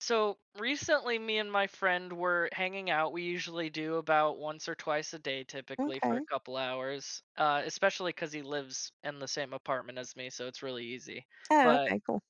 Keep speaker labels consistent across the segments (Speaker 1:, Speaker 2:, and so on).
Speaker 1: So recently, me and my friend were hanging out. We usually do about once or twice a day, typically for a
Speaker 2: Okay.
Speaker 1: couple hours, especially because he lives in the same apartment as me, so it's really easy.
Speaker 2: Oh,
Speaker 1: But
Speaker 2: okay, cool.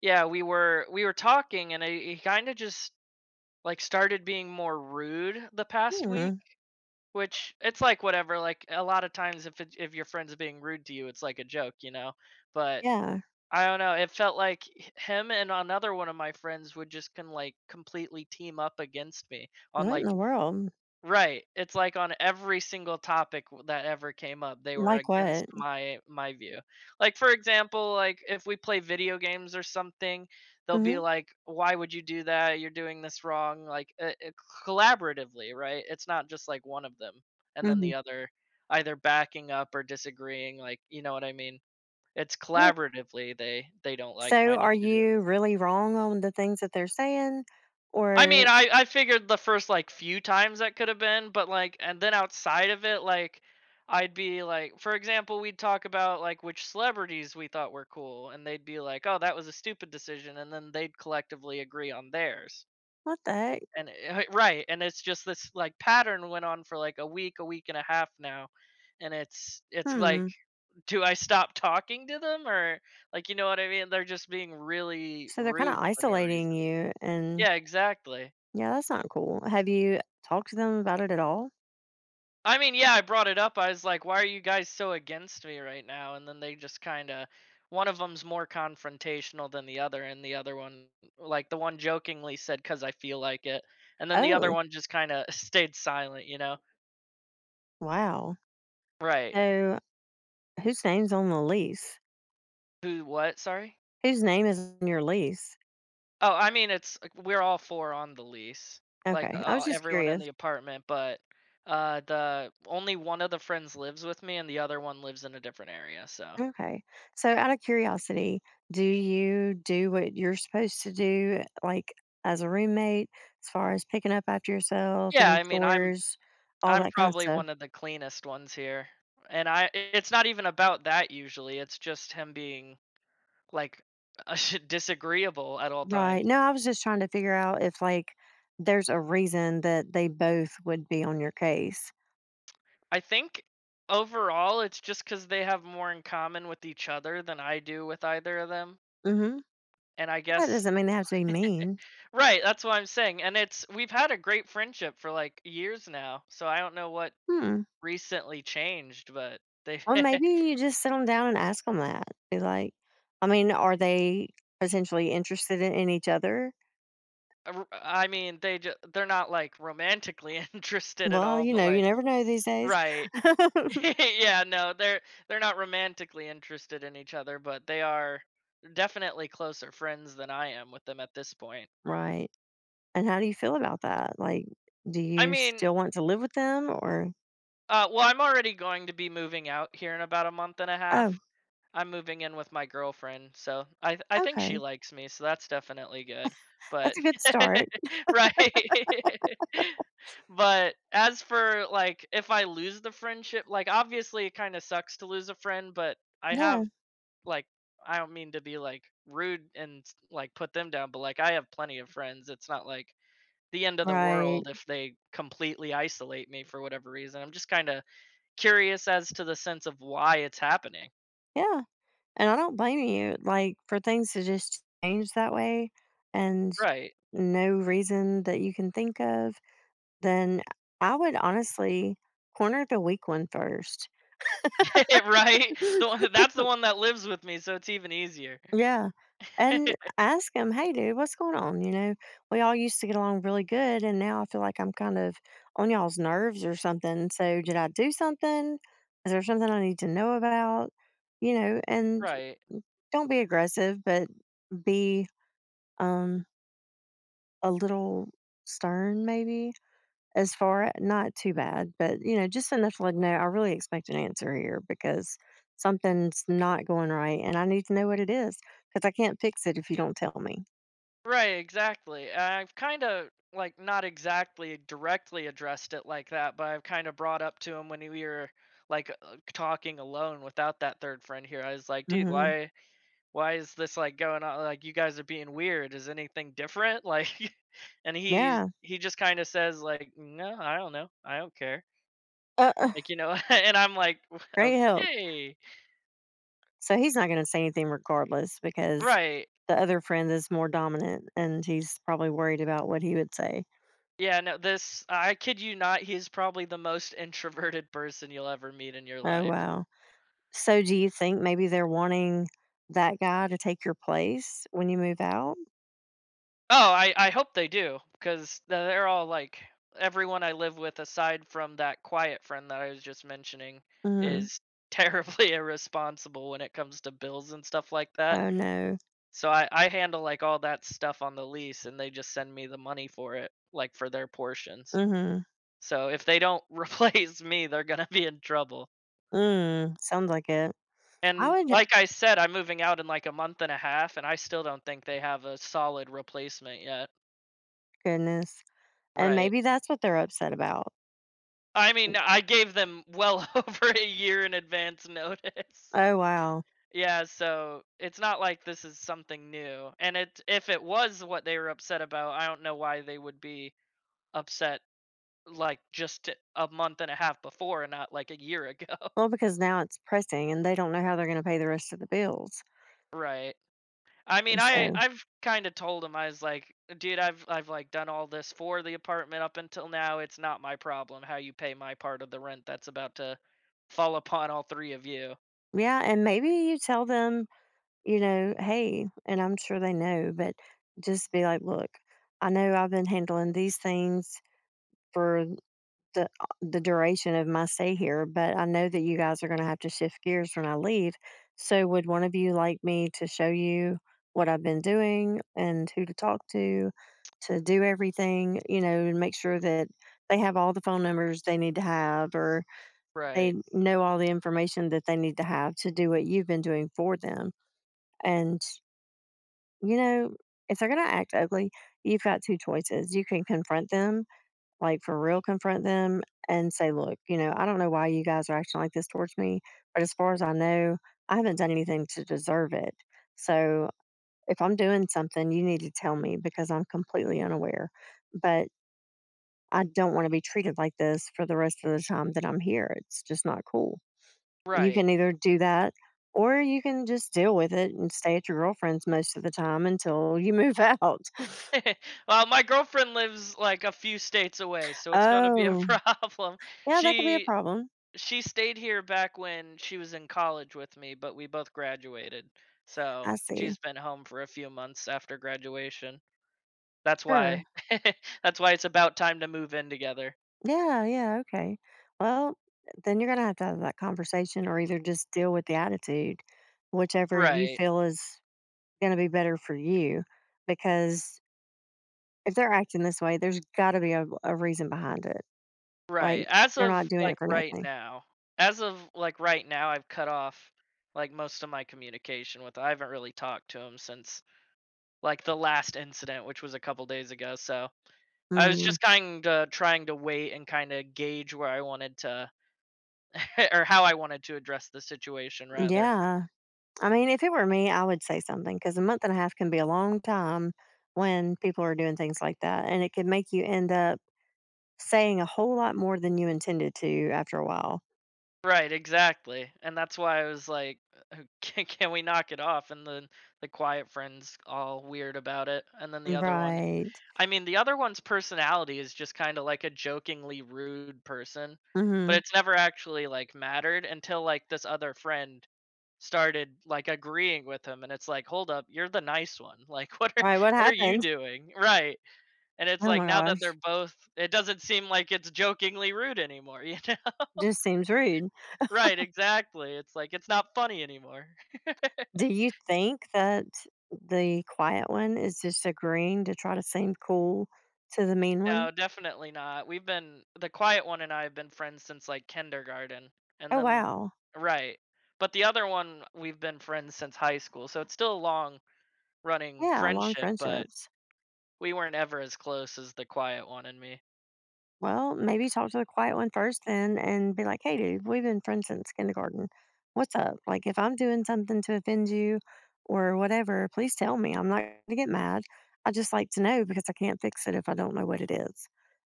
Speaker 1: yeah, we were talking, and he kind of just like started being more rude the past week.
Speaker 2: Hmm,
Speaker 1: Which it's like whatever. Like a lot of times, if your friend's being rude to you, it's like a joke, you know. But
Speaker 2: yeah.
Speaker 1: I don't know. It felt like him and another one of my friends would just can like completely team up against me on
Speaker 2: What in the
Speaker 1: like
Speaker 2: world?
Speaker 1: right. It's like on every single topic that ever came up, they were
Speaker 2: Like
Speaker 1: against
Speaker 2: what?
Speaker 1: my view. Like for example, like if we play video games or something, they'll be
Speaker 2: Mhm,
Speaker 1: like, "Why would you do that? You're doing this wrong." Like collaboratively, right? It's not just like one of them and then the
Speaker 2: mhm.
Speaker 1: other either backing up or disagreeing. Like you know what I mean? It's
Speaker 2: Yeah.
Speaker 1: collaboratively they don't like
Speaker 2: So,
Speaker 1: my
Speaker 2: are
Speaker 1: decisions.
Speaker 2: you really wrong on the things that they're saying?
Speaker 1: I mean,
Speaker 2: Or
Speaker 1: I figured the first, like, few times that could have been, but, like and then outside of it, like, I'd be like for example, we'd talk about, like, which celebrities we thought were cool, and they'd be like, "Oh, that was a stupid decision," and then they'd collectively agree on theirs.
Speaker 2: what the heck?
Speaker 1: And eh right, and it's just this, like, pattern went on for, like, a week and a half now, and it's like
Speaker 2: Hmm.
Speaker 1: do I stop talking to them or like, you know what I mean? They're just being really
Speaker 2: So they're kinda
Speaker 1: rude for no
Speaker 2: isolating
Speaker 1: reason.
Speaker 2: you and
Speaker 1: Yeah, exactly.
Speaker 2: yeah, that's not cool. Have you talked to them about it at all?
Speaker 1: I mean, yeah, I brought it up. I was like, "Why are you guys so against me right now?" And then they just kind of one of them's more confrontational than the other and the other one like the one jokingly said cuz I feel like it. And then the other
Speaker 2: Oh,
Speaker 1: one just kind of stayed silent.
Speaker 2: wow.
Speaker 1: Right.
Speaker 2: So, whose name's on the lease?
Speaker 1: Who what? Sorry?
Speaker 2: Whose name is on your lease?
Speaker 1: Oh, I mean, it's like, we're all 4 on the lease, like,
Speaker 2: Okay, I was just
Speaker 1: everyone in
Speaker 2: curious.
Speaker 1: the apartment, but, the only one of the friends lives with me and the other one lives in a different area, so
Speaker 2: Okay. So, out of curiosity, do you do what you're supposed to do, like as a roommate, as far as picking up after yourself,
Speaker 1: yeah,
Speaker 2: any
Speaker 1: I mean,
Speaker 2: chores, all
Speaker 1: I'm
Speaker 2: that kind of
Speaker 1: probably
Speaker 2: stuff?
Speaker 1: one of the cleanest ones here, and I it's not even about that usually, it's just him being, like, disagreeable at all
Speaker 2: Right.
Speaker 1: times.
Speaker 2: No, I was just trying to figure out if, like, there's a reason that they both would be on your case.
Speaker 1: I think overall, it's just because they have more in common with each other than I do with either of them,
Speaker 2: Hmm,
Speaker 1: and I
Speaker 2: that
Speaker 1: guess
Speaker 2: doesn't mean they have to be mean.
Speaker 1: right, that's what I'm saying, and it's we've had a great friendship for, like, years now, so I don't know what
Speaker 2: Hmm.
Speaker 1: recently changed, but they
Speaker 2: Well, maybe you just sit them down and ask them that. Be like, I mean, are they potentially interested in each other?
Speaker 1: r I mean, they just they're not, like, romantically interested at
Speaker 2: Well,
Speaker 1: all,
Speaker 2: you
Speaker 1: but,
Speaker 2: know, you
Speaker 1: like
Speaker 2: never know these days.
Speaker 1: right. Yeah, no, they're not romantically interested in each other, but they are definitely closer friends than I am with them at this point.
Speaker 2: Right. And how do you feel about that? Like, do
Speaker 1: I
Speaker 2: you
Speaker 1: mean,
Speaker 2: still want to live with them or
Speaker 1: well, I'm already going to be moving out here in about a month and a
Speaker 2: oh,
Speaker 1: half. I'm moving in with my girlfriend, so I think she
Speaker 2: okay.
Speaker 1: likes me, so that's definitely good. But
Speaker 2: That's a good start.
Speaker 1: right. But as for like if I lose the friendship, like obviously it kind of sucks to lose a friend, but I
Speaker 2: Yeah.
Speaker 1: have like I don't mean to be like rude and like put them down, but like I have plenty of friends. It's not like the end of the
Speaker 2: Right.
Speaker 1: world if they completely isolate me for whatever reason. I'm just kind of curious as to the sense of why it's happening.
Speaker 2: Yeah. And I don't blame you, like, for things to just change that way and
Speaker 1: Right.
Speaker 2: no reason that you can think of, then I would honestly corner the weak one first.
Speaker 1: Right? The one that's the one that lives with me, so it's even easier.
Speaker 2: Yeah, and ask him, "Hey, dude, what's going on?" You know, we all used to get along really good, and now I feel like I'm kind of on y'all's nerves or something. So, did I do something? Is there something I need to know about? You know, and
Speaker 1: Right.
Speaker 2: don't be aggressive, but be um, a little stern, maybe as far not too bad, but you know, just enough to like, no, I really expect an answer here because something's not going right, and I need to know what it is because I can't fix it if you don't tell me.
Speaker 1: Right, exactly. And I've kinda, like, not exactly directly addressed it like that, but I've kinda brought up to him when we were, like, talking alone without that 3rd friend here. I was like, "Dude,
Speaker 2: Mhm.
Speaker 1: why is this, like, going on? Like, you guys are being weird. Is anything different?" Like, and he
Speaker 2: Yeah.
Speaker 1: he just kinda says, like, "No, I don't know. I don't care."
Speaker 2: Uh, uh,
Speaker 1: Like, you know? And I'm like,
Speaker 2: great help.
Speaker 1: "Okay."
Speaker 2: So he's not going to say anything regardless because
Speaker 1: Right.
Speaker 2: the other friend is more dominant and he's probably worried about what he would say.
Speaker 1: Yeah, no, this I kid you not, he's probably the most introverted person you'll ever meet in your
Speaker 2: Oh,
Speaker 1: life.
Speaker 2: wow. So do you think maybe they're wanting that guy to take your place when you move out?
Speaker 1: Oh, I hope they do because they're all like everyone I live with aside from that quiet friend that I was just mentioning
Speaker 2: Mm.
Speaker 1: is terribly irresponsible when it comes to bills and stuff like that.
Speaker 2: Oh, no.
Speaker 1: So I handle like all that stuff on the lease and they just send me the money for it, like for their portions.
Speaker 2: Mm-hmm.
Speaker 1: So if they don't replace me, they're going to be in trouble.
Speaker 2: Mm. Sounds like it. I
Speaker 1: And
Speaker 2: would,
Speaker 1: like I said, I'm moving out in like a month and a half, and I still don't think they have a solid replacement yet.
Speaker 2: goodness. And
Speaker 1: Right.
Speaker 2: maybe that's what they're upset about.
Speaker 1: I mean, I gave them well over a year in advance notice.
Speaker 2: Oh, wow.
Speaker 1: Yeah, so it's not like this is something new. And it if it was what they were upset about, I don't know why they would be upset like just a month and a half before and not like a year ago.
Speaker 2: Well, because now it's pressing and they don't know how they're going to pay the rest of the bills.
Speaker 1: Right. I mean, I
Speaker 2: So
Speaker 1: I've kind of told him I was like, dude, I've like done all this for the apartment up until now. It's not my problem how you pay my part of the rent that's about to fall upon all three of you.
Speaker 2: yeah, and maybe you tell them, you know, "Hey," and I'm sure they know, but just be like, "Look, I know I've been handling these things for the duration of my stay here, but I know that you guys are gonna have to shift gears when I leave. So would one of you like me to show you what I've been doing and who to talk to do everything?" You know, and make sure that they have all the phone numbers they need to have or they
Speaker 1: Right.
Speaker 2: know all the information that they need to have to do what you've been doing for them. And, you know, if they're going to act ugly, you've got two choices. You can confront them, like for real, confront them and say, look, you know, I don't know why you guys are acting like this towards me, but as far as I know, I haven't done anything to deserve it. So if I'm doing something, you need to tell me because I'm completely unaware. But I don't want to be treated like this for the rest of the time that I'm here. It's just not cool. You
Speaker 1: Right.
Speaker 2: can either do that or you can just deal with it and stay at your girlfriend's most of the time until you move out.
Speaker 1: Well, my girlfriend lives like a few states away, so it's going to be a
Speaker 2: Oh,
Speaker 1: problem.
Speaker 2: yeah, that could be a
Speaker 1: She
Speaker 2: problem.
Speaker 1: she stayed here back when she was in college with me, but we both graduated. So,
Speaker 2: I see.
Speaker 1: she's been home for a few months after graduation. That's
Speaker 2: Sure.
Speaker 1: why. That's why it's about time to move in together.
Speaker 2: Yeah, yeah, okay. Well, then you're going to have that conversation or either just deal with the attitude, whichever you
Speaker 1: Right,
Speaker 2: feel is going to be better for you. Because if they're acting this way, there's got to be a reason behind it.
Speaker 1: right.
Speaker 2: Like they're not doing it for nothing.
Speaker 1: As of, like, right now, I've cut off, like, most of my communication with I haven't really talked to him since, like, the last incident, which was a couple days ago, so I was
Speaker 2: Mm,
Speaker 1: just kinda trying to wait and kinda gauge where I wanted to or how I wanted to address the situation rather.
Speaker 2: yeah. I mean, if it were me, I would say something because a month and a half can be a long time when people are doing things like that. And it could make you end up saying a whole lot more than you intended to after a while.
Speaker 1: Right, exactly, and that's why I was like, "Uh, can we knock it off?" And then the quiet friend's all weird about it, and then the other one
Speaker 2: Right.
Speaker 1: I mean, the other one's personality is just kinda like a jokingly rude person, but
Speaker 2: Hmm.
Speaker 1: it's never actually, like, mattered until, like, this other friend started, like, agreeing with him, and it's like, "Hold up, you're the nice one, like,
Speaker 2: Right. What
Speaker 1: what are you
Speaker 2: happened?
Speaker 1: doing?" Right, and it's
Speaker 2: Oh
Speaker 1: like,
Speaker 2: my
Speaker 1: now that they're
Speaker 2: gosh.
Speaker 1: both it doesn't seem like it's jokingly rude anymore, you know?
Speaker 2: Just seems rude.
Speaker 1: Right, exactly. It's like it's not funny anymore.
Speaker 2: Do you think that the quiet one is just agreeing to try to seem cool to the mean one?
Speaker 1: No, definitely not. We've been the quiet one and I have been friends since like kindergarten. And
Speaker 2: Oh,
Speaker 1: then
Speaker 2: wow.
Speaker 1: right. But the other one we've been friends since high school. So it's still a long running
Speaker 2: Yeah. Long
Speaker 1: friendship, but
Speaker 2: friendships.
Speaker 1: we weren't ever as close as the quiet one and me.
Speaker 2: Well, maybe talk to the quiet one first then and be like, hey, dude, we've been friends since kindergarten. What's up? Like, if I'm doing something to offend you or whatever, please tell me. I'm not going to get mad. I just like to know because I can't fix it if I don't know what it is.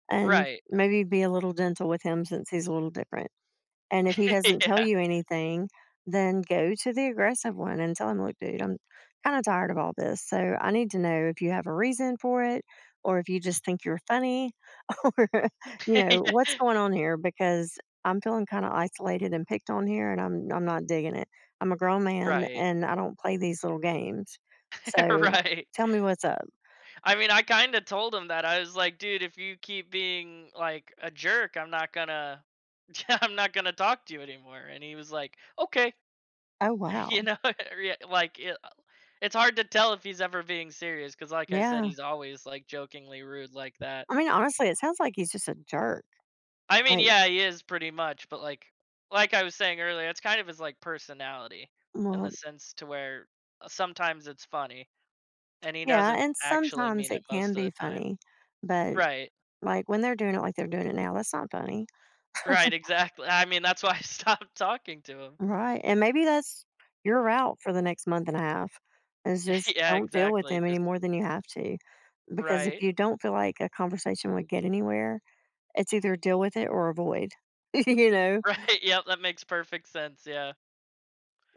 Speaker 2: And
Speaker 1: Right.
Speaker 2: maybe be a little gentle with him since he's a little different. And if he doesn't tell
Speaker 1: Yeah.
Speaker 2: you anything, then go to the aggressive one and tell him, look, dude, I'm kind of tired of all this. So I need to know if you have a reason for it or if you just think you're funny or, you
Speaker 1: Yeah.
Speaker 2: know, what's going on here because I'm feeling kind of isolated and picked on here and I'm not digging it. I'm a grown man
Speaker 1: Right.
Speaker 2: and I don't play these little games. So
Speaker 1: Right.
Speaker 2: tell me what's up.
Speaker 1: I mean, I kind of told him that. I was like, dude, if you keep being like a jerk, I'm not gonna, I'm not gonna talk to you anymore. And he was like, okay,
Speaker 2: Oh, wow.
Speaker 1: you know, yeah, it's hard to tell if he's ever being serious because, like I said,
Speaker 2: Yeah.
Speaker 1: he's always like jokingly rude like that.
Speaker 2: I mean, honestly, it sounds like he's just a jerk.
Speaker 1: I mean,
Speaker 2: Like,
Speaker 1: yeah, he is pretty much, but like I was saying earlier, it's kind of his like personality in
Speaker 2: well,
Speaker 1: the sense to where sometimes it's funny and he
Speaker 2: yeah,
Speaker 1: doesn't
Speaker 2: and
Speaker 1: actually
Speaker 2: sometimes
Speaker 1: mean it
Speaker 2: it
Speaker 1: most
Speaker 2: can
Speaker 1: of
Speaker 2: be
Speaker 1: the time.
Speaker 2: funny, but,
Speaker 1: Right.
Speaker 2: like, when they're doing it like they're doing it now, that's not funny.
Speaker 1: Right, exactly. I mean, that's why I stopped talking to him.
Speaker 2: Right, and maybe that's your route for the next month and a half, is just
Speaker 1: Yeah,
Speaker 2: don't deal with
Speaker 1: exactly,
Speaker 2: them any
Speaker 1: just
Speaker 2: more than you have to, because if
Speaker 1: right.
Speaker 2: you don't feel like a conversation would get anywhere, it's either deal with it or avoid, you know?
Speaker 1: Right, yep, that makes perfect sense, yeah.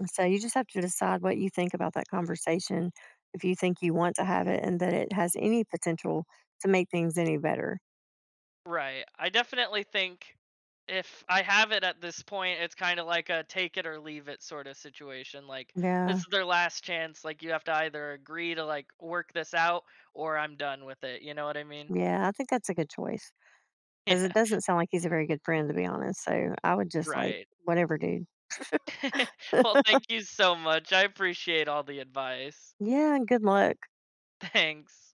Speaker 2: So you just have to decide what you think about that conversation, if you think you want to have it and that it has any potential to make things any better.
Speaker 1: Right. I definitely think if I have it at this point, it's kinda like a take it or leave it sort of situation, like, this
Speaker 2: Yeah,
Speaker 1: is their last chance, like, you have to either agree to, like, work this out or I'm done with it, you know what I mean?
Speaker 2: yeah, I think that's a good choice. 'Cause
Speaker 1: Yeah,
Speaker 2: it doesn't sound like he's a very good friend, to be honest, so I would just, like,
Speaker 1: right.
Speaker 2: whatever, dude.
Speaker 1: Well, thank you so much, I appreciate all the advice.
Speaker 2: Yeah, and good luck.
Speaker 1: Thanks.